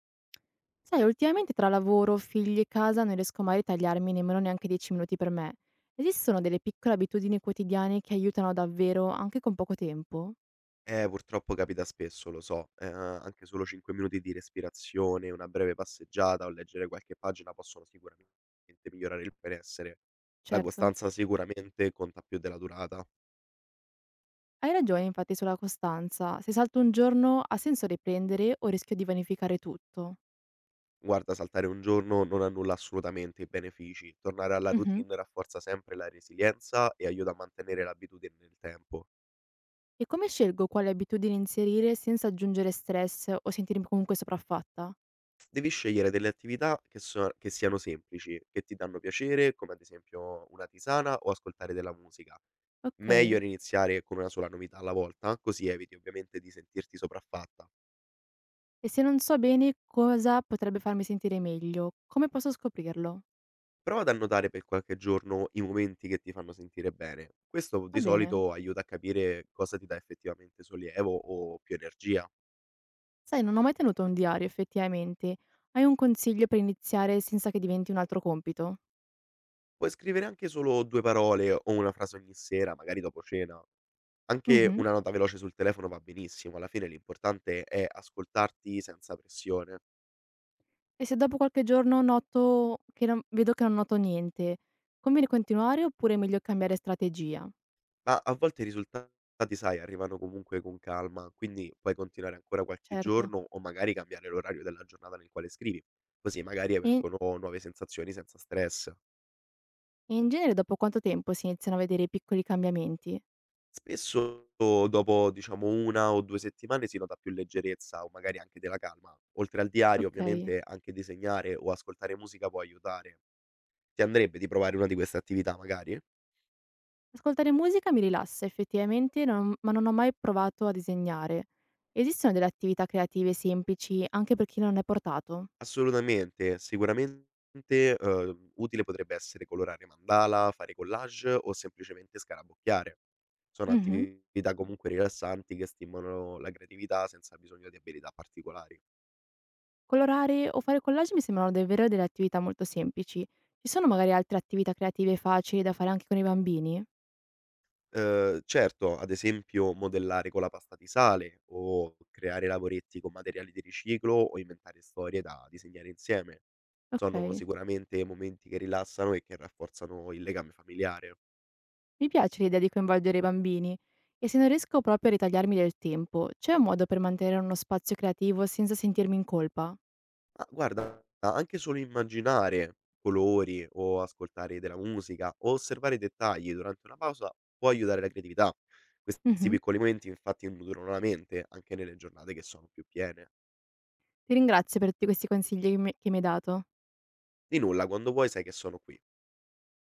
Sai, ultimamente tra lavoro, figli e casa non riesco mai a ritagliarmi nemmeno neanche 10 minuti per me. Esistono delle piccole abitudini quotidiane che aiutano davvero anche con poco tempo? Purtroppo capita spesso, lo so. Anche solo 5 minuti di respirazione, una breve passeggiata o leggere qualche pagina possono sicuramente migliorare il benessere. La Certo. costanza sicuramente conta più della durata. Hai ragione infatti sulla costanza. Se salto un giorno ha senso riprendere o rischio di vanificare tutto? Guarda, saltare un giorno non annulla assolutamente i benefici. Tornare alla Mhm. routine rafforza sempre la resilienza e aiuta a mantenere l'abitudine nel tempo. E come scelgo quale abitudine inserire senza aggiungere stress o sentirmi comunque sopraffatta? Devi scegliere delle attività che so che siano semplici, che ti danno piacere, come ad esempio una tisana o ascoltare della musica. Meglio Ok. iniziare con una sola novità alla volta, così eviti ovviamente di sentirti sopraffatta. E se non so bene cosa potrebbe farmi sentire meglio, come posso scoprirlo? Prova ad annotare per qualche giorno i momenti che ti fanno sentire bene. Questo Va di bene. solito aiuta a capire cosa ti dà effettivamente sollievo o più energia. Sai, non ho mai tenuto un diario effettivamente. Hai un consiglio per iniziare senza che diventi un altro compito? Puoi scrivere anche solo 2 parole o una frase ogni sera, magari dopo cena. Anche Mh-mh. una nota veloce sul telefono va benissimo, alla fine l'importante è ascoltarti senza pressione. E se dopo qualche giorno noto che non vedo che non noto niente, conviene continuare oppure è meglio cambiare strategia? Ma a volte i risultati, sai, arrivano comunque con calma, quindi puoi continuare ancora qualche Certo. giorno o magari cambiare l'orario della giornata nel quale scrivi, così magari E in, emergono nuove sensazioni senza stress. e in genere dopo quanto tempo si iniziano a vedere i piccoli cambiamenti? Spesso dopo, diciamo, una o due settimane si nota più leggerezza o magari anche della calma. Oltre al diario, Okay. ovviamente, anche disegnare o ascoltare musica può aiutare. Ti andrebbe di provare una di queste attività, magari? Ascoltare musica mi rilassa effettivamente, non ma non ho mai provato a disegnare. Esistono delle attività creative semplici anche per chi non è portato? Assolutamente. Sicuramente, utile potrebbe essere colorare mandala, fare collage o semplicemente scarabocchiare. Sono Mh-mh. attività comunque rilassanti che stimolano la creatività senza bisogno di abilità particolari. Colorare o fare collage mi sembrano davvero delle attività molto semplici. Ci sono magari altre attività creative facili da fare anche con i bambini? Certo, ad esempio modellare con la pasta di sale o creare lavoretti con materiali di riciclo o inventare storie da disegnare insieme. Sono Ok, sicuramente momenti che rilassano e che rafforzano il legame familiare. mi piace l'idea di coinvolgere i bambini. E se non riesco proprio a ritagliarmi del tempo, c'è un modo per mantenere uno spazio creativo senza sentirmi in colpa? Ma guarda, anche solo immaginare colori o ascoltare della musica o osservare i dettagli durante una pausa può aiutare la creatività. Questi Mhm. piccoli momenti infatti nutrono la mente anche nelle giornate che sono più piene. Ti ringrazio per tutti questi consigli che mi hai dato. Di nulla, quando vuoi sai che sono qui.